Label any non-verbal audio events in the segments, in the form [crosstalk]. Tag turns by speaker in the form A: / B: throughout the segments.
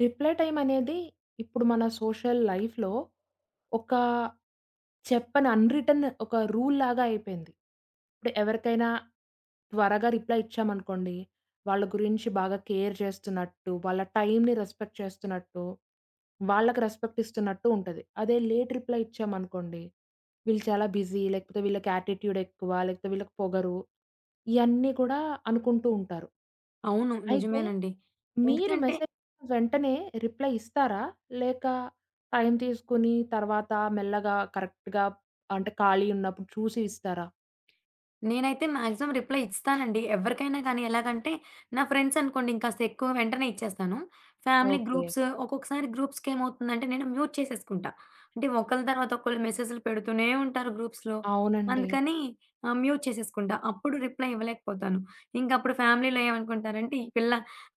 A: Reply time అనేది ఇప్పుడు మన సోషల్ లైఫ్‌లో ఒక చెప్పని అన్‌రిటెన్ రూల్ లాగా అయిపోయింది. ఇప్పుడు ఎవరికైనా త్వరగా రిప్లై ఇచ్చామనుకోండి, వాళ్ళ గురించి బాగా కేర్ చేస్తున్నట్టు, వాళ్ళ టైమ్‌ని రెస్పెక్ట్ చేస్తున్నట్టు, వాళ్ళకి రెస్పెక్ట్ ఇస్తున్నట్టు ఉంటది. అదే లేట్ రిప్లై ఇచ్చామనుకోండి, వీళ్ళు చాలా బిజీ లేకపోతే వీళ్ళకి యాటిట్యూడ్ ఎక్కువ, లేకపోతే వీళ్ళకి పొగరు, ఇయన్నీ కూడా అనుకుంటూ ఉంటారు.
B: అవును.
A: అయితే
B: నిజమేనండి.
A: మీరు
B: ఎందుకంటే
A: మెసేజ్ వెంటనే రిప్లై ఇస్తారా? లేక టైం తీసుకొని తర్వాత మెల్లగా కరెక్ట్‌గా అంటే ఖాళీ ఉన్నప్పుడు చూసి ఇస్తారా?
B: నేనైతే మాక్సిమం రిప్లై ఇస్తానండి. ఎవరికైనా కానీ ఎలాగంటే నా ఫ్రెండ్స్ అనుకోండి ఇంకాస్త ఎక్కువ వెంటనే ఇచ్చేస్తాను. Family
A: okay.
B: గ్రూప్స్ ఒక్కొక్కసారి గ్రూప్స్‌కేమవుతుందంటే నేను మ్యూట్ చేసేసుకుంటా. అంటే ఒకళ్ళ తర్వాత ఒకళ్ళు మెసేజ్‌లు పెడుతూనే ఉంటారు గ్రూప్స్‌లో.
A: అవునండి.
B: అందుకని మ్యూట్ చేసేసుకుంటా. అప్పుడు రిప్లై ఇవ్వలేకపోతాను. ఇంకప్పుడు ఫ్యామిలీలో ఏమనుకుంటారంటే ఈ పిల్ల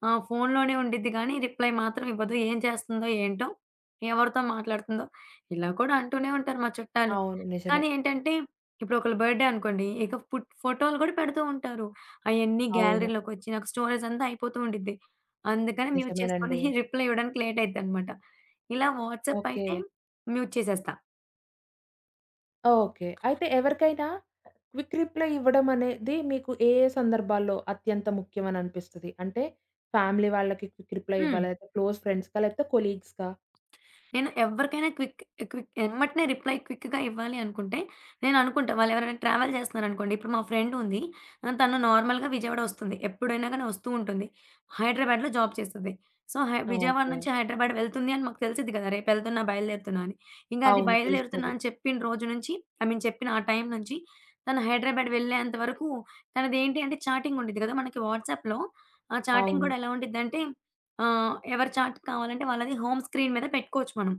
B: ఫోన్‌లోనే ఉండిద్ది గానీ రిప్లై మాత్రం ఇవ్వదు. ఏం చేస్తుందో ఏంటో? ఎవరితో మాట్లాడుతుందో? ఇలా కూడా అంటూనే ఉంటారు మా చుట్టాలు.
A: అవును. నిజమే.
B: కానీ ఏంటంటే ఇప్పుడు ఒకళ్ళ బర్త్‌డే అనుకోండి. ఇక ఫుట్ ఫోటోలు గూడా పెడుతూ ఉంటారు. అయన్నీ
A: అవును.
B: గ్యాలరీలోకొచ్చి నాకు స్టోరేజ్ అంతా అయిపోతూ ఉండిద్ది. అందుకని మ్యూట్ చేసుకొని
A: నిజమేనండి.
B: [laughs] రిప్లై ఇవ్వడానికి లేట్ అయిద్దనమాట. ఇలా వాట్సాప్
A: ఓకే.
B: అయితే మ్యూట్ చేసేస్తా.
A: ఓకే. అయితే ఎవరికైనా క్విక్ రిప్లై ఇవ్వడం అనేది మీకు ఏ ఏ సందర్భాల్లో అత్యంత ముఖ్యమని అనిపిస్తది? అంటే ఫ్యామిలీ వాళ్ళకి క్విక్ రిప్లై
B: హ్మ్.
A: ఇవ్వాలా? లేకపోతే క్లోజ్ ఫ్రెండ్స్‌కా? లేకపోతే కొలీగ్స్‌కా?
B: నేను ఎవరికైనా క్విక్ క్విక్ ఎమ్మటనే రిప్లై క్విక్‌గా ఇవ్వాలి అనుకుంటే, నేననుకుంటా వాళ్ళెవరైనా ట్రావెల్ చేస్తున్నారనుకోండి, ఇప్పుడు మా ఫ్రెండ్ ఉంది. తను నార్మల్‌గా విజయవాడ వస్తుంది. ఎప్పుడైనా గాని వస్తూ ఉంటుంది. హైదరాబాద్‌లో జాబ్ చేస్తది. సో,
A: ఆ!
B: విజయవాడ
A: ఓకే.
B: నుంచి హైదరాబాద్ వెళ్తుంది అని మాకు తెలిసిద్ది కదా! రేపు వెళ్తున్నా, బయలుదేరుతున్నా అని. ఇంక అది
A: అవును.
B: బయలుదేరుతున్నా
A: తెలుస్తది.
B: అని చెప్పిన రోజు నుంచి ఐ మీన్ చెప్పిన ఆ టైం నుంచి తను హైదరాబాద్ వెళ్ళేంత వరకు తనదేంటి అంటే చాటింగ్ ఉండిద్ది కదా! మనకి వాట్సాప్‌లో. ఆ చాటింగ్ కూడా
A: అవును.
B: ఎలా ఉండిద్దంటే ఎవరి చాట్ కావాలంటే వాళ్ళది హోమ్ స్క్రీన్ మీద పెట్టుకోవచ్చు మనం.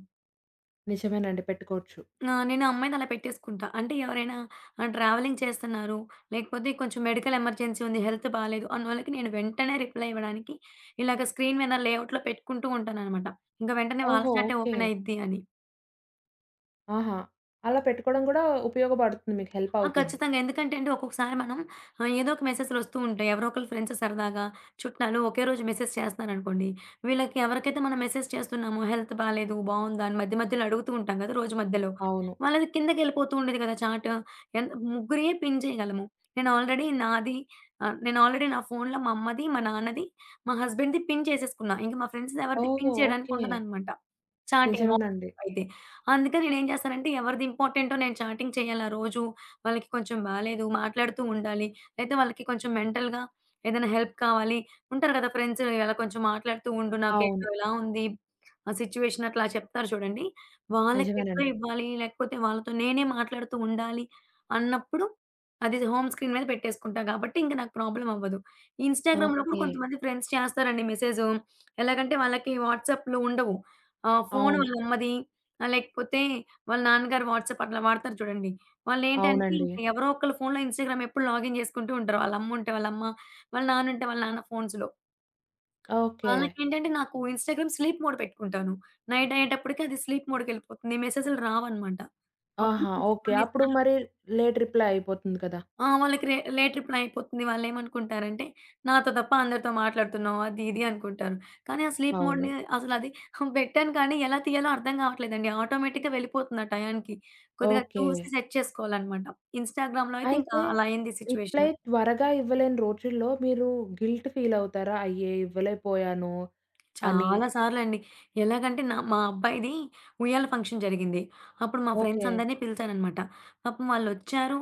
A: నిజమేనండి. పెట్టుకోవచ్చు.
B: ఆ! నేను ఆ అమ్మాయిదలా పెట్టేసుకుంటా. అంటే ఎవరైనా ట్రావెలింగ్ చేస్తున్నారు, లేకపోతే కొంచెం మెడికల్ ఎమర్జెన్సీ ఉంది, హెల్త్ బాలేదు అన్నోళ్ళకి నేను వెంటనే రిప్లై ఇవ్వడానికి ఇలాగ స్క్రీన్ మీద లేఅవుట్‌లో పెట్టుకుంటూ ఉంటాననమాట. ఇంక వెంటనే వాళ్ళ
A: ఓహో!
B: చాటే
A: ఓకే.
B: ఓపెన్ అయ్యిద్ది అని.
A: ఆహా! అలా పెట్టుకోవడం గూడా ఉపయోగపడుతుంది. మీకు హెల్ప్
B: ఆ!
A: అవుతుంది.
B: ఖచ్చితంగా. ఎందుకంటే అండి ఒక్కొక్కసారి మనం ఏదో ఒక మెసేజ్‌లు వస్తూ ఉంటాయి. ఎవరో ఒకళ్ళు ఫ్రెండ్స్ సరదాగా, చుట్టాలు ఒకే రోజు మెసేజ్ చేస్తున్నారనుకోండి. వీళ్ళకి ఎవరికైతే మనం మెసేజ్ చేస్తున్నామో హెల్త్ బాలేదు, బావుందా అని మధ్య మధ్యలో అడుగుతూ ఉంటాం కదా! రోజు మధ్యలో.
A: అవును.
B: వాళ్ళది కిందకెళ్ళిపోతూ ఉండేది కదా! చాట్. ఎన్ ముగ్గురే పిన్ చేయగలము. నేను ఆల్రెడీ నాది నేను ఆల్రెడీ నా ఫోన్‌లో మా అమ్మది, మా నాన్నది, మా హస్బెండ్‌ది పిన్ చేసేసుకున్నా. ఇంక మా ఫ్రెండ్స్‌ది ఎవరిది పిన్
A: ఓహో!
B: చేయడానికి
A: ఓకే.
B: ఉండదనమాట. చాటింగ్
A: నిజమేనండి.
B: మార్నింగ్ అయితే. అందుకే నేనేం చేస్తానంటే ఎవరిది ఇంపార్టెంటో నేను చాటింగ్ చేయాలి ఆ రోజు. వాళ్ళకి కొంచెం బాలేదు, మాట్లాడుతూ ఉండాలి. లేతే వాళ్ళకి కొంచెం మెంటల్‌గా ఏదైనా హెల్ప్ కావాలి. ఉంటారు కదా! ఫ్రెండ్స్ ఇలా కొంచెం మాట్లాడుతూ ఉండు.
A: అవును.
B: నాకేంటో ఇలా ఉంది. ఆ సిట్యుయేషన్ అట్లా చెప్తారు చూడండి. వాళ్ళకి రిప్లై
A: నిజమేనండి.
B: ఇవ్వాలి. లేకపోతే వాళ్ళతో నేనే మాట్లాడుతూ ఉండాలి అన్నప్పుడు అది హోమ్ స్క్రీన్ మీద పెట్టేసుకుంటా కాబట్టి ఇంక నాకు ప్రాబ్లమ్ అవ్వదు. ఇన్‌స్టాగ్రామ్‌లో కూడా
A: ఓకే.
B: కొంతమంది ఫ్రెండ్స్ చేస్తారండి మెసేజు. ఎలాగంటే వాళ్ళకి వాట్సాప్‌లో ఉండవు. ఆ! ఫోను
A: అవును.
B: వాళ్ళమ్మది లేకపోతే వాళ్ళ నాన్నగారు వాట్సాప్ అట్లా వాడతారు చూడండి. వాళ్ళేంటంటే
A: అవునండి.
B: ఇంక ఎవరో ఒకళ్ళ ఫోన్‌లో ఇన్‌స్టాగ్రామ్ ఎప్పుడు లాగిన్ చేసుకుంటూ ఉంటారు. వాళ్ళమ్ముంటే వాళ్ళమ్మ, వాళ్ళ నాన్నుంటే వాళ్ళ నాన్న ఫోన్స్‌లో.
A: ఓకే.
B: వాళ్ళకేంటంటే నాకు ఇన్‌స్టాగ్రామ్ స్లీప్ మోడ్ పెట్టుకుంటాను. నైట్ అయ్యేటప్పటికి అది స్లీప్ మోడ్‌కెళ్ళిపోతుంది. మెసేజ్‌లు రావన్నమాట. అప్పుడు
A: ఆహా!
B: కొంచెం
A: ఓకే.
B: కొన్ని
A: అప్పుడు
B: సార్లు
A: మరి లేట్ రిప్లై అయిపోతుంది కదా!
B: ఆ! వాళ్ళకి లేట్ రిప్లై అయిపోతుంది. వాళ్ళేమనుకుంటారంటే, నాతో తప్ప అందరితో మాట్లాడుతున్నావు అది, ఇది అనుకుంటారు. కానీ ఆ స్లీప్
A: అవును.
B: మోడ్‌ని అసలది [laughs] పెట్టాను కానీ ఎలా తీయాలో అర్థం కావట్లేదండి. ఆటోమేటిక్‌గా వెళ్ళిపోతుంది ఆ టయానికి. కొద్దిగా
A: ఓకే.
B: చూసి సెట్ చేసుకోవాలనమాట. ఇన్‌స్టాగ్రామ్‌లో అయితే ఇంకా
A: అయితే
B: అలా అయింది
A: రిప్లై
B: సిట్యుయేషన్.
A: త్వరగా ఇవ్వలేని రోజుల్లో మీరు గిల్ట్ ఫీల్ అవుతారా? అయ్యే! ఇవ్వలేకపోయాను అని.
B: చాలా సార్లండి. ఎలాగంటే మా అబ్బాయిది ఉయ్యాల ఫంక్షన్ జరిగింది. అప్పుడు మా ఫ్రెండ్స్
A: ఓకే.
B: అందరిని పిలిచాననమాట. పాపం వాళ్ళొచ్చారు,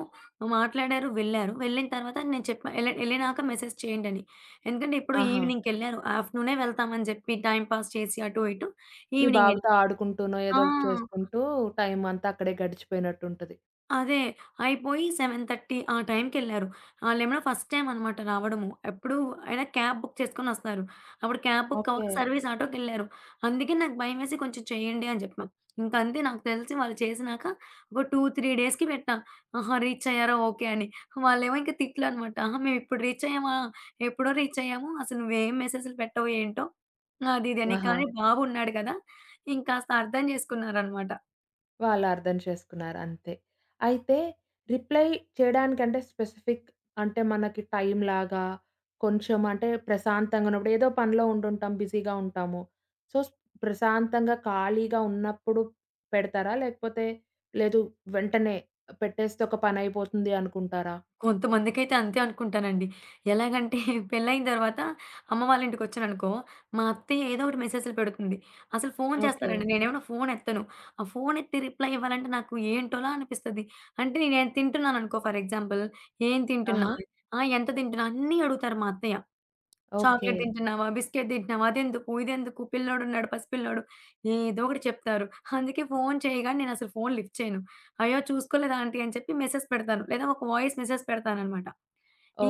B: మాట్లాడారు, వెళ్ళారు. వెళ్ళిన తర్వాత నేను చెప్పా ఎళ్ళినాక మెసేజ్ చేయండని. ఎందుకంటే ఎప్పుడో
A: ఆహా!
B: ఈవినింగ్‌కెళ్లారు. ఆఫ్టర్‌నూనే వెళ్తామని జెప్పి టైమ్ పాస్ చేసి అటు ఇటు
A: మీ
B: ఈవినింగ్ ఎల్
A: బాబుతో ఆడుకుంటూనో, ఏదో
B: ఆ!
A: ఒకటి చేసుకుంటూ టైం అంతా అక్కడే గడిచిపోయినట్టుంటది.
B: అదే. అయిపోయి 7:30 ఆ టైంకెళ్లారు. ఆళ్ళేమో ఫస్ట్ టైమ్ అనమాట రావడము. ఎప్పుడు అయినా క్యాబ్ బుక్ చేసుకొనొస్తారు. అప్పుడు క్యాబ్ బుక్
A: ఓకే.
B: అవ్వక సర్వీస్ ఆటోకెళ్లారు. అందుకే నాకు భయమేసి కొంచెం చేయండి అని చెప్పా. ఇంకంతే నాకు తెలిసి వాళ్ళు చేసినాక ఒక 2, 3 డేస్‌కి పెట్టా. ఆహా! రీచ్ అయ్యారా ఓకే అని. వాళ్ళేమో ఇంక తిట్లనమాట. "ఆహా! మేమిప్పుడు రీచ్ అయ్యామా? ఎప్పుడో రీచ్ అయ్యాము. అసలు నువ్వేం మెసేజ్‌లు పెట్టవు ఏంటో" అది ఇది అని.
A: ఆహా!
B: కానీ బాబున్నాడు కదా! ఇంకాస్త అర్థం చేసుకున్నారనమాట.
A: వాళ్ళు అర్థం చేసుకున్నారు అంతే. అయితే రిప్లై చేయడానికంటే స్పెసిఫిక్ అంటే మనకి టైమ్‌లాగా కొంచెం అంటే ప్రశాంతంగా ఉన్నప్పుడు ఏదో పనిలో ఉండుంటాం. బిజీగా ఉంటాము. సో, ప్రశాంతంగా ఖాళీగా ఉన్నప్పుడు పెడతారా? లేకపోతే లేదు వెంటనే పెట్టేస్తే ఒక పనైపోతుంది అనుకుంటారా?
B: కొంతమందికైతే అంతే అనుకుంటానండి. ఎలాగంటే [laughs] పెళ్లయిన తర్వాత అమ్మ వాళ్ళ ఇంటికొచ్చాననుకో, మా అత్తయ్య ఏదో ఒకటి మెసేజ్‌లు పెడుతుంది. అసలు ఫోను
A: ఓకే.
B: చేస్తారండి. నేనేమైనా ఫోను ఎత్తను. ఆ ఫోను ఎత్తి రిప్లై ఇవ్వాలంటే నాకు ఏంటోలా అనిపిస్తది. అంటే నేను తింటున్నాననుకో ఫర్ ఎగ్జాంపుల్, ఏం తింటున్నా?
A: ఆహా!
B: ఆ! ఎంత తింటున్నా? అన్నీ అడుగుతారు మా అత్తయ్య.
A: ఓకే.
B: చాక్లేట్ తింటున్నావా? బిస్కెట్ తింటున్నావా? అదెందుకు? ఇదెందుకు? పిల్లోడున్నాడు పసిపిల్లోడు. ఏదో ఒకటి చెప్తారు. అందుకే ఫోను చేయగానే నేనసలు ఫోను లిఫ్ట్ చేయను. అయ్యో! చూసుకోలేదు ఆంటీ అని చెప్పి మెసేజ్ పెడతాను. లేదా ఒక వాయిస్ మెసేజ్ పెడతాననమాట.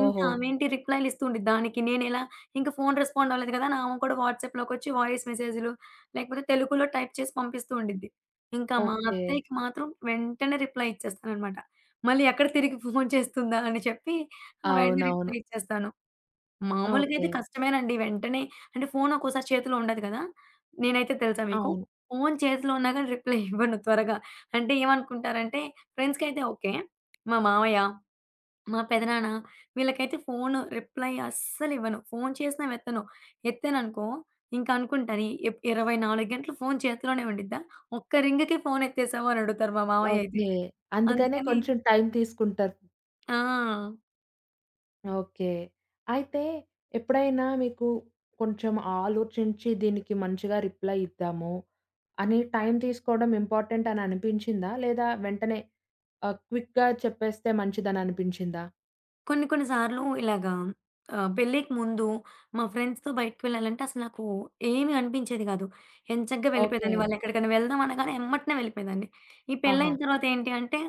B: ఇంకా ఆమేంటి రిప్లైలు ఇస్తూ ఉండిద్ది. దానికి నేనెలా ఇంక ఫోను రెస్పాండ్ అవ్వలేదు కదా! అని ఆమె కూడా వాట్సాప్‌లోకొచ్చి వాయిస్ మెసేజులు లేకపోతే తెలుగులో టైప్ చేసి పంపిస్తూ ఉండిద్ది. ఇంకా మా
A: ఓకే.
B: అత్తయ్యకి మాత్రం వెంటనే రిప్లై ఇచ్చేస్తాననమాట. మళ్ళీ ఎక్కడ తిరిగి ఫోను చేస్తుందా అని చెప్పి వెంటనే
A: అవునవును.
B: రిప్లై ఇచ్చేస్తాను. మామూలుగా
A: ఓకే.
B: అయితే కష్టమేనండి. వెంటనే అంటే ఫోను ఒక్కోసారి చేతిలో ఉండదు కదా! నేనైతే తెలుసా మీకు,
A: అవును.
B: ఫోను చేతిలో ఉన్నా గాని రిప్లై ఇవ్వను త్వరగా. అంటే ఏమనుకుంటారంటే ఫ్రెండ్స్‌కైతే ఓకే. మా మామయ్య, మా పెదనాన్న వీళ్ళకైతే ఫోను రిప్లై అస్సలివ్వను. ఫోను చేసినా ఎత్తను. ఎత్తాననుకో ఇంక అనుకుంటాను "ఈ 24 గంటలు ఫోను చేతిలోనే ఉండిద్దా? ఒక్క రింగ్‌కి ఫోను ఎత్తేసావు అని అడుగుతారు మా మామయ్య అయితే.
A: ఓకే. అందుకనే
B: అందుకని
A: కొంచెం టైం తీసుకుంటారు.
B: ఆ!
A: ఓకే. అయితే ఎప్పుడైనా మీకు కొంచెం ఆలోచించి దీనికి మంచిగా రిప్లై ఇద్దాము అని టైం తీసుకోవడం ఇంపార్టెంట్ అని అనిపించిందా? లేదా వెంటనే క్విక్‌గా చెప్పేస్తే మంచిదని అనిపించిందా?
B: కొన్ని కొన్ని సార్లు ఇలాగా పెళ్ళికి ముందు మా ఫ్రెండ్స్‌తో బయటికి వెళ్ళాలంటే అసలు నాకు ఏమి అనిపించేది కాదు. ఎంచక్కా
A: ఓకే.
B: వెళ్ళిపోయేదాన్ని. వాళ్ళెక్కడికైనా వెళ్దాం అనగానే ఎమ్మటనే వెళ్ళిపోయేదాన్ని. ఈ
A: ఆహా!
B: పెళ్ళైన తర్వాత ఏంటి అంటే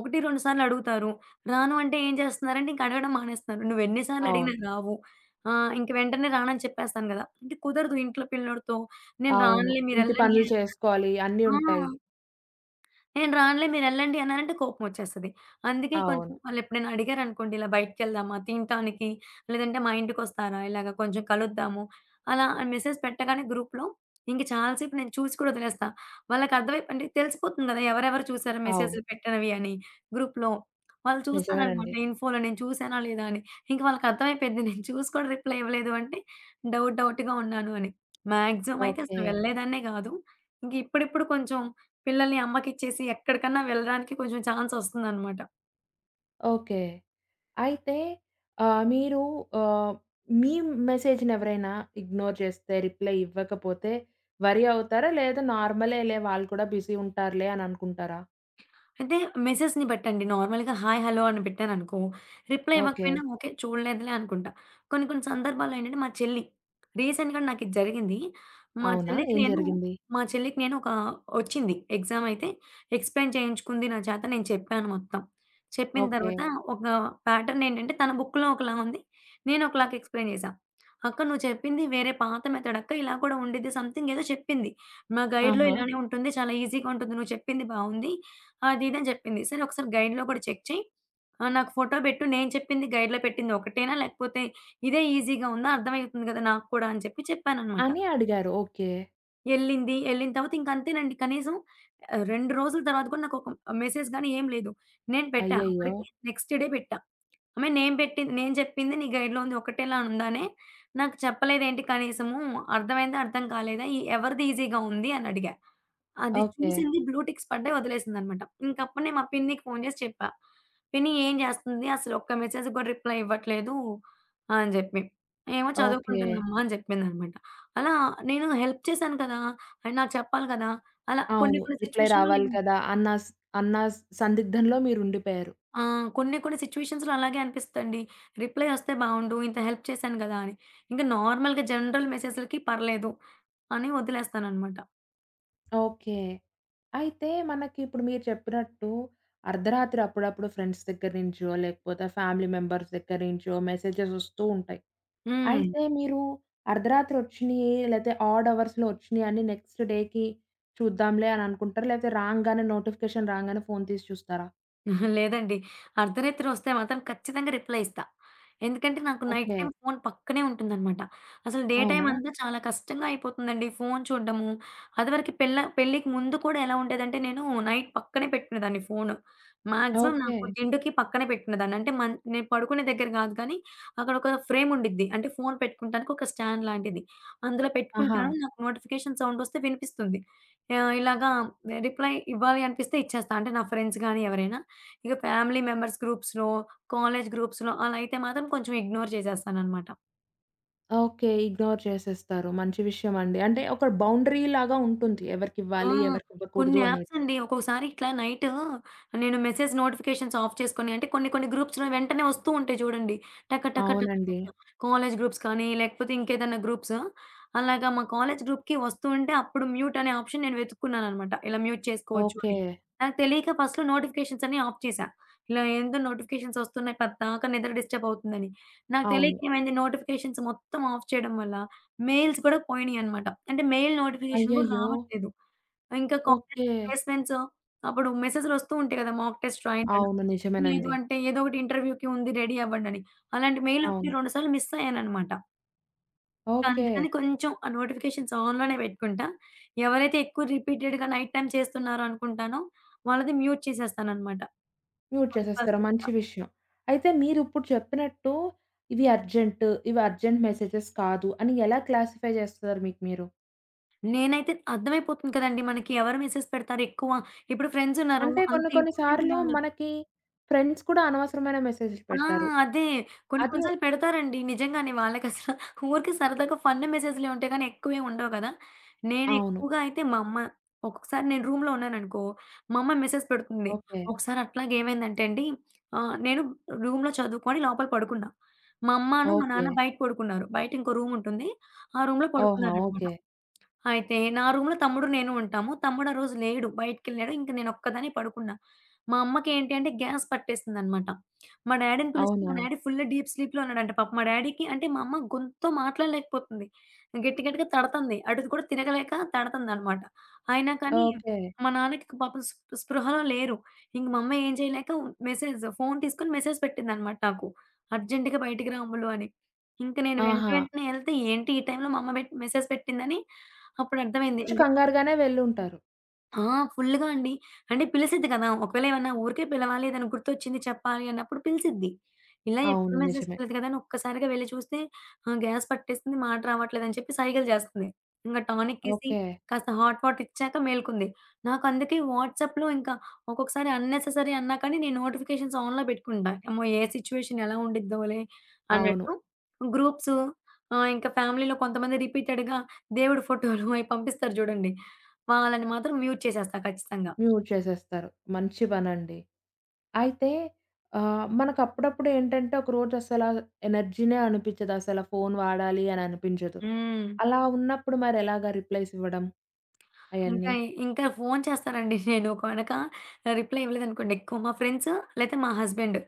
B: 1, 2 సార్లు అడుగుతారు. రాను అంటే ఏం చేస్తున్నారంటే ఇంక అడగడం మానేస్తున్నారు. "నువ్వు ఎన్ని సార్లు అడిగినా
A: అవును.
B: రావు. ఇంక వెంటనే రానని చెప్పేస్తాను కదా!" అంటే కుదరదు ఇంట్లో పిల్లోడితో. "నేను
A: అవును.
B: రానులే
A: ఇంటి
B: మీరెళ్ళండి"
A: పనులు చేసుకోవాలి. అన్నీ
B: ఆ!
A: ఉంటాయి.
B: నేను రానులే మీరెళ్ళండి అన్నానంటే కోపమొచ్చేస్తది. అందుకే కొంచెం
A: అవును.
B: వాళ్ళెప్పుడైనా అడిగారనుకోండి ఇలా బయటికెళ్దామా తినటానికి, లేదంటే మా ఇంటికొస్తారా ఇలాగ కొంచెం కలుద్దాము, అలా అని మెసేజ్ పెట్టగానే గ్రూప్‌లో ఇంక చాలా సేపు నేను చూసి కూడా వదిలేస్తా. వాళ్ళకర్థమై అంటే తెలిసిపోతుంది గదా! ఎవరెవరు చూసారు
A: అవును.
B: మెసేజ్‌లు పెట్టినవి అని గ్రూప్‌లో. వాళ్ళు చూస్తారనమాట
A: నిజమేనండి.
B: ఇన్‌ఫోలో నేను చూసానా లేదా అని. ఇంక వాళ్ళకర్థమైపోయిద్ది నేను చూసి కూడా రిప్లై ఇవ్వలేదు అంటే డౌట్ డౌట్‌గా ఉన్నాను అని. మాక్సిమం అయితే
A: ఓకే.
B: అసలు వెళ్ళేదాన్నే గాదు. ఇంకిప్పుడిప్పుడు కొంచెం పిల్లల్ని అమ్మకిచ్చేసి ఎక్కడికన్నా వెళ్ళడానికి కొంచెం ఛాన్సొస్తుందనమాట.
A: ఓకే. అయితే మీరు ఆహ్, మీ మెసేజ్‌నెవరైనా ఇగ్నోర్ చేస్తే, రిప్లై ఇవ్వకపోతే వరీ అవుతారా? లేదా నార్మలేలే వాళ్ళు కూడా బిజీ ఉంటారులే అని అనుకుంటారా?
B: అయితే మెసేజ్‌ని బట్టండి. నార్మల్‌గా హాయ్, హలో అని పెట్టాననుకో, రిప్లై
A: ఓకే.
B: ఇవ్వకపోయినా ఓకే. చూడలేదులే అనుకుంటా. కొన్ని కొన్ని సందర్భాల్లో ఏంటంటే మా చెల్లి రీసెంట్‌గా నాకిది జరిగింది. మా
A: అవునా?
B: చెల్లికి
A: ఏం
B: నేను
A: జరిగింది?
B: మా చెల్లికి నేను ఒక వచ్చింది ఎగ్జామ్ అయితే ఎక్స్‌ప్లెయిన్ చేయించుకుంది నా చేత. నేను చెప్పాను మొత్తం. చెప్పిన
A: ఓకే.
B: తర్వాత ఒక ప్యాటర్న్ ఏంటంటే తన బుక్‌లో ఒకలా ఉంది. నేను ఒకలాగా ఎక్స్‌ప్లెయిన్ చేశా. "అక్క నువ్వు చెప్పింది వేరే పాత మెథడ్ అక్క. ఇలా కూడా ఉండిద్ది" సంథింగ్ ఏదో చెప్పింది. మా గైడ్‌లో
A: ఆహా!
B: ఇలానే ఉంటుంది. చాలా ఈజీగా ఉంటుంది. నువ్వు చెప్పింది బావుంది. అది ఇది అని చెప్పింది. సరే ఒకసారి గైడ్‌లో కూడా చెక్ చెయి. నాకు ఫోటో పెట్టు. నేను చెప్పింది గైడ్‌లో పెట్టింది ఒకటేనా? లేకపోతే ఇదే ఈజీగా ఉందా? అర్థమవుతుంది కదా నాకు కూడా అని చెప్పి చెప్పాననమాట.
A: అని అడిగారు. ఓకే.
B: ఎళ్ళింది. ఎళ్ళిన తర్వాత ఇంక అంతేనండి. కనీసం 2 రోజుల తర్వాత కూడా నాకు ఒక మెసేజ్ గాని ఏం లేదు. నేను పెట్టా.
A: అయ్యయ్యో!
B: అప్పటికి నెక్స్ట్ డే పెట్టా. ఆమె నేను పెట్టింది నేను చెప్పింది నీ గైడ్‌లో ఉంది ఒకటేలా ఉందనే, నాకు చెప్పలేదేంటి కనీసము, అర్థమైందా? అర్థం కాలేదా? ఈ ఎవరిది ఈజీగా ఉంది అని అడిగా. అది
A: ఓకే.
B: చూసింది బ్లూ టిక్స్ పడ్డాయి వదిలేసిందనమాట. ఇంకప్పుడు నేను మా పిన్నికి ఫోను చేసి చెప్పా. పిన్ని ఏం చేస్తుంది? అసలు ఒక్క మెసేజ్ కూడా రిప్లై ఇవ్వట్లేదు అని చెప్పి. ఏమో
A: ఓకే.
B: చదువుకుంటుందమ్మా అని చెప్పిందనమాట. అలా నేను హెల్ప్ చేశాను కదా! అది నాకు చెప్పాలి కదా! అలా కొన్ని
A: అవును.
B: కొన్ని
A: రిప్లై
B: సిట్యుయేషన్‌లో
A: రావాలి
B: నేను
A: కదా! అన్న సందిగ్ధంలో మీరుండిపోయారు.
B: ఆ! కొన్ని కొన్ని సిట్యుయేషన్స్‌లో అలాగే అనిపిస్తదండి. రిప్లై వస్తే బావుండు. ఇంత హెల్ప్ చేశాను గదా! అని. ఇంక నార్మల్‌గా జనరల్ మెసేజ్‌లకి పర్లేదు అని వదిలేస్తాననమాట.
A: ఓకే. అయితే మనకిప్పుడు మీరు చెప్పినట్టు అర్ధరాత్రి అప్పుడప్పుడు ఫ్రెండ్స్ దగ్గర నుంచో, లేకపోతే ఫ్యామిలీ మెంబర్స్ దగ్గర నుంచో మెసేజెస్ వస్తూ ఉంటాయి.
B: హ్మ్.
A: అయితే మీరు అర్ధరాత్రి వచ్చినియి లేతే ఆడ్ అవర్స్‌లో వచ్చినియన్ని నెక్స్ట్ డేకి చూద్దాంలే అని అనుకుంటారా? లేతే రాంగానే నోటిఫికేషన్ రాంగానే ఫోను తీసి చూస్తారా?
B: [laughs] అహా! లేదండి. అర్ధరాత్రి వస్తే మాత్రం ఖచ్చితంగా రిప్లై ఇస్తా. ఎందుకంటే నాకు నైట్
A: ఓకే.
B: టైమ్ ఫోను పక్కనే ఉంటుందనమాట. అసలు డే టైమ్
A: అవునా?
B: అంతా చాలా కష్టంగా అయిపోతుందండి ఫోను చూడడము. అదివరకు పెళ్ళికి ముందు కూడా ఎలా ఉండేదంటే నేను నైట్ పక్కనే పెట్టుకునేదాన్ని ఫోను. Maximum
A: okay.
B: నాకు దిండుకి పక్కనే పెట్టుకునేదాన్ని. అంటే నేను పడుకునే దగ్గర కాదు కానీ అక్కడ ఒక ఫ్రేమ్ ఉండిద్ది. అంటే ఫోను పెట్టుకుంటానికి ఒక స్టాండ్ లాంటిది. అందులో
A: ఆహా!
B: పెట్టుకుంటాను. నాకు నోటిఫికేషన్ సౌండ్ వస్తే వినిపిస్తుంది. ఇలాగా రిప్లై ఇవ్వాలి అనిపిస్తే ఇచ్చేస్తా. అంటే నా ఫ్రెండ్స్ గాని ఎవరైనా ఇక ఫ్యామిలీ మెంబర్స్ గ్రూప్స్‌లో, కాలేజ్ గ్రూప్స్‌లో అలా అయితే మాత్రం కొంచెం ఇగ్నోర్ చేసేస్తాననమాట.
A: ఓకే. ఇగ్నోర్ చేసేస్తారు. మంచి విషయం అండి. అంటే ఒక బౌండరీ లాగా ఉంటుంది.
B: ఆ!
A: ఎవరికివ్వాలి,
B: కొన్ని
A: ఎవరికివ్వకూడదు
B: యాప్స్
A: అనేది.
B: అండి. ఒక్కొక్కసారి ఇట్లా నైట్ నేను మెసేజ్ నోటిఫికేషన్స్ ఆఫ్ చేసుకొని అంటే కొన్ని కొన్ని గ్రూప్స్‌లో వెంటనే వస్తూ ఉంటాయి చూడండి. టక టక టక
A: అవునండి.
B: టక కాలేజ్ గ్రూప్స్ కానీ, లేకపోతే ఇంకేదైనా గ్రూప్స్. అలాగా మా కాలేజ్ గ్రూప్‌కి వస్తూ ఉంటే అప్పుడు మ్యూట్ అనే ఆప్షన్ నేను వెతుక్కున్నాననమాట. ఇలా మ్యూట్ చేసుకోవచ్చు
A: ఓకే.
B: అని. నాకు తెలియక ఫస్ట్‌లో నోటిఫికేషన్స్ అన్ని ఆఫ్ చేశా. ఇలా ఏందో నోటిఫికేషన్స్ వస్తున్నాయి పద్దాక నిద్ర డిస్టర్బ్ అవుతుందని. నాకు
A: అవును.
B: తెలియక ఏమైంది నోటిఫికేషన్స్ మొత్తం ఆఫ్ చేయడం వల్ల మెయిల్స్ కూడా పోయినాయనమాట. అంటే మెయిల్ నోటిఫికేషన్ కూడా
A: అయ్యయ్యో!
B: రావట్లేదు. ఇంకా కాలేజ్
A: ఓకే.
B: ప్లేస్‌మెంట్స్ అప్పుడు మెసేజ్‌లొస్తూ ఉంటాయి కదా! మాక్ టెస్ట్ రాయండి అని.
A: అవును.
B: లేదు
A: నిజమేనండి.
B: అంటే ఏదో ఒకటి ఇంటర్వ్యూకి ఉంది రెడీ అవ్వండని. అలాంటి మెయిల్ 1,
A: అవును.
B: 2 సార్లు మిస్ అయ్యాననమాట.
A: ఓకే.
B: అందుకని కొంచెం ఆ నోటిఫికేషన్స్ ఆన్‌లోనే పెట్టుకుంటా. ఎవరైతే ఎక్కువ రిపీటెడ్‌గా నైట్ టైమ్ చేస్తున్నారో అనుకుంటానో వాళ్ళది మ్యూట్ చేసేస్తాననమాట
A: మ్యూట్ చేసేస్తారు. మంచి
B: కంపల్సరీగా.
A: విషయం. అయితే మీరిప్పుడు చెప్పినట్టు ఇవి అర్జెంట్, ఇవి అర్జెంట్ మెసేజెస్ కాదు అని ఎలా క్లాసిఫై చేస్తారు మీకు మీరు?
B: నేనైతే అర్థమైపోతుంది కదండీ మనకి ఎవరు మెసేజ్ పెడతారు ఎక్కువ. ఇప్పుడు ఫ్రెండ్స్ ఉన్నారు
A: అంటే
B: అంత
A: కొన్ని కొన్ని
B: ఇంపార్టెంట్
A: సార్లు
B: ఏముండదు.
A: మనకి ఫ్రెండ్స్ కూడా అనవసరమైన మెసేజులు
B: ఆ!
A: పెడతారు.
B: అదే. కొన్ని కొన్ని
A: అదే
B: సార్లు పెడతారండి. నిజంగానే వాళ్ళకసల ఊరికే సరదాగా ఫన్ మెసేజ్‌లే ఉంటాయి గానీ, ఎక్కువేం ఉండవు కదా! నేను
A: అవును.
B: ఎక్కువగా అయితే మా అమ్మ ఒక్కొక్కసారి నేను రూమ్‌లో ఉన్నాననుకో, మా అమ్మ మెసేజ్ పెడుతుంది.
A: ఓకే.
B: ఒకసారి అట్లాగే ఏమైందంటే అండి, నేను రూమ్‌లో చదువుకొని లోపల పడుకున్నా. మా అమ్మాను, మా
A: ఓకే.
B: నాన్న బయట పడుకున్నారు. బయట ఇంకో రూముంటుంది. ఆ రూమ్‌లో
A: ఓహో!
B: పడుకున్నారనమాట.
A: ఓకే.
B: అయితే నా రూమ్‌లో తమ్ముడు, నేను ఉంటాము. తమ్ముడు ఆ రోజు లేడు. బయటికెళ్ళాడు. ఇంక నేనొక్కదాన్నే పడుకున్నా. మా అమ్మకేంటి అంటే గ్యాస్ పట్టేసిందనమాట. మా డ్యాడీని పిలిస్తే మా
A: అవునా?
B: డ్యాడీ ఫుల్ డీప్ స్లీప్‌లో ఉన్నాడంట. పాపం మా డ్యాడీకి అంటే మా అమ్మ గొంతుతో మాట్లాడలేకపోతుంది. గట్టి గట్టిగా తడతంది. అటు కూడా తిరగలేక తడతందనమాట. అయినా కానీ
A: ఓకే.
B: మా నాన్నకి పాపం స్పృహలో లేరు. ఇంక మా అమ్మ ఏం చేయలేక మెసేజ్ ఫోను తీసుకొని మెసేజ్ పెట్టిందనమాట నాకు. "అర్జెంట్‌గా బయటికి రా అమ్ములు" అని. ఇంక నేను వెంట
A: ఆహా!
B: వెంటనే ఎళ్తే ఏంటి ఈ టైంలో మా అమ్మ మెసేజ్ పెట్టిందని అప్పుడర్థమైంది.
A: కొంచెం
B: ఇంక
A: కంగారుగానే వెళ్ళుంటారు.
B: ఆ! ఫుల్‌గా అండి. అంటే పిలిసిద్ది కదా! ఒకవేళ ఏమన్నా ఊరికే పిలవాలి, ఏదైనా గుర్తొచ్చింది చెప్పాలి అన్నప్పుడు పిలిసిద్ది. ఇలా ఎప్పుడు
A: అవును.
B: మెసేజ్
A: నిజమే.
B: చేయలేదు కదా! అని ఒక్కసారిగా వెళ్లి చూస్తే గ్యాస్ పట్టేసింది, మాట రావట్లేదని చెప్పి సైగలు చేస్తుంది. ఇంగా టానిక్ ఏసి
A: ఓకే.
B: కాస్త హాట్ వాటర్ ఇచ్చాక మేలుకుంది. నాకు అందుకే వాట్సాప్‌లో ఇంకా ఒక్కొక్కసారి అన్నెసెసరీ అన్నా కానీ నేను నోటిఫికేషన్స్ ఆన్‌లో పెట్టుకుంటా. అమ్మో! ఏ సిట్యుయేషన్ ఎలా ఉండిద్దోలే
A: అవును.
B: అన్నట్టు. గ్రూప్స్ ఇంకా ఫ్యామిలీలో కొంతమంది రిపీటెడ్‌గా దేవుడి ఫోటోలు అయి పంపిస్తారు చూడండి. వాళ్ళని మాత్రం మ్యూట్ చేసేస్తా ఖచ్చితంగా.
A: మ్యూట్ చేసేస్తారు. మంచి పనండి. అయితే మనకప్పుడప్పుడు ఏంటంటే, ఒకరోజు అసలా ఎనర్జీనే అనిపిచ్చదు. అసల ఫోను వాడాలి అని అనిపించదు.
B: హ్మ్.
A: అలా ఉన్నప్పుడు మరెలాగా రిప్లైస్ ఇవ్వడం?
B: ఇంకా,
A: అయన్నీ.
B: ఇంకా ఫోను చేస్తానండి [laughs] నేను గనక రిప్లై ఇవ్వలేదనుకోండి ఎక్కువ మా ఫ్రెండ్స్ లేతే మా హస్బెండ్.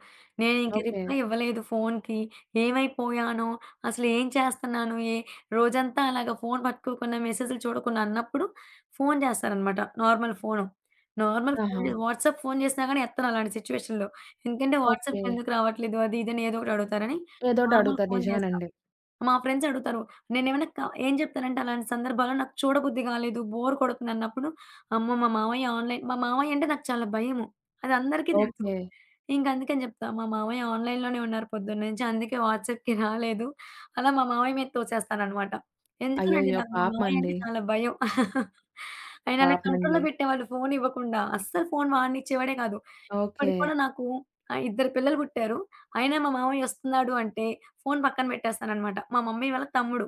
B: నేను ఇంక
A: ఓకే.
B: రిప్లై ఇవ్వలేదు ఫోనుకి. ఏమైపోయానో, అసలు ఏం చేస్తున్నాను, రోజంతా అలాగా ఫోను పట్టుకోకుండా మెసేజులు చూడకుండా అన్నప్పుడు ఫోను చేస్తారనమాట. Normal phone. నార్మల్ ఫోను
A: ఆహా!
B: చేసి వాట్సాప్ ఫోను చేసినా గానీ ఎత్తను అలాంటి సిట్యుయేషన్‌లో. ఎందుకంటే
A: ఓకే.
B: వాట్సాప్‌లో ఎందుకు రావట్లేదు అది ఇది అని ఏదో ఒకటి అడుగుతారని
A: ఏదోటి
B: నార్మల్
A: అడుగుతారు.
B: ఫోను చేస్తా.
A: నిజమేనండి.
B: మా ఫ్రెండ్స్ అడుగుతారు. నేనేమైనా ఏం చెప్తానంటే అలాంటి సందర్భాల్లో నాకు చూడబుద్ధి కాలేదు, బోర్ కొడుతుందన్నప్పుడు, అమ్మో! మా మామయ్య ఆన్‌లైన్ మా మామయ్య అంటే నాకు చాలా భయము. అది అందరికీ తెలుసు.
A: ఓకే.
B: ఇంక అందుకని చెప్తా. మా మామయ్య ఆన్‌లైన్‌లోనే ఉన్నారు పొద్దున్నుంచి. అందుకే వాట్సాప్‌కి రాలేదు. అలా మా మామయ్య మీద తోసేస్తాననమాట. ఎందుకోనండి
A: అయ్యయ్యో!
B: నాకు మా మామయ్య అంటే
A: పాపమండి.
B: చాలా భయం. [laughs] ఆయన అలా కంట్రోల్‌లో
A: పాపమండి.
B: పెట్టేవాళ్ళు ఫోన్ ఇవ్వకుండా. అస్సలు ఫోన్ వాడనిచ్చేవాడే కాదు.
A: ఓకే.
B: ఇప్పటికి కూడా నాకు ఇద్దరు పిల్లలు పుట్టారు. అయినా మా మామయ్య వస్తున్నాడు అంటే ఫోను పక్కన పెట్టేస్తాననమాట. మా మమ్మీ వాళ్ళ తమ్ముడు.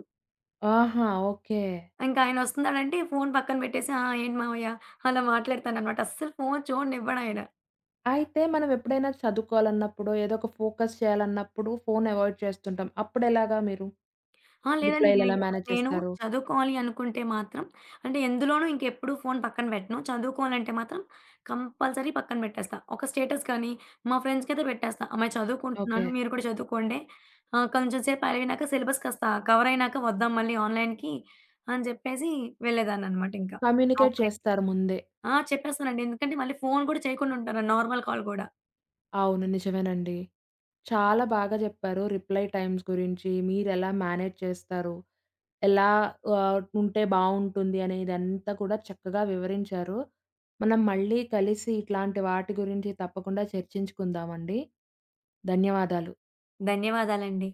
A: ఆహా! ఓకే.
B: ఇంకా ఆయనొస్తున్నాడంటే ఫోను పక్కన పెట్టేసి, "ఆ! ఏంటి మావయ్య" అలా మాట్లాడతాననమాట. అస్సలు ఫోను చూడనివ్వడాయన.
A: అయితే మనం ఎప్పుడైనా చదువుకోవాలన్నప్పుడో, ఏదో ఒక ఫోకస్ చేయాలన్నప్పుడు ఫోను అవాయిడ్ చేస్తుంటాం. అప్పుడెలాగా మీరు?
B: ఆ! లేదండి
A: రిప్లైలు ఎలా మేనేజ్
B: నేను
A: చేస్తారు?
B: చదువుకోవాలి అనుకుంటే మాత్రం అంటే ఎందులోనూ ఇంకెప్పుడు ఫోను పక్కన పెట్టను. చదువుకోవాలంటే మాత్రం కంపల్సరీ పక్కన పెట్టేస్తా. ఒక స్టేటస్ కానీ, మా ఫ్రెండ్స్‌కైతే పెట్టేస్తా. అమ్మాయి
A: ఓకే.
B: చదువుకుంటున్నాను. మీరు కూడా చదువుకోండి. కొంచెం సేపు అయినాక సిలబస్ కాస్త కవర్ అయినాక వద్దాం మళ్ళీ ఆన్‌లైన్‌కి అని చెప్పేసి వెళ్ళేదాన్ననమాట ఇంకా. ఆఫ్
A: కమ్యూనికేట్ చేస్తారు ముందే.
B: ఆ! చెప్పేస్తానండి. ఎందుకంటే మళ్ళీ ఫోను గూడా చేయకుండా ఉంటాను. నార్మల్ కాల్ గూడా.
A: అవును. నిజమేనండి. చాలా బాగా జెప్పారు. రిప్లై టైమ్స్ గురించి, మీరెలా మేనేజ్ చేస్తారు? ఎలా ఉంటే బావుంటుంది అనేదంతా కూడా చక్కగా వివరించారు. మనం మళ్ళీ కలిసి ఇట్లాంటి వాటి గురించి తప్పకుండా చర్చించుకుందామండి. ధన్యవాదాలు.
B: ధన్యవాదాలండి.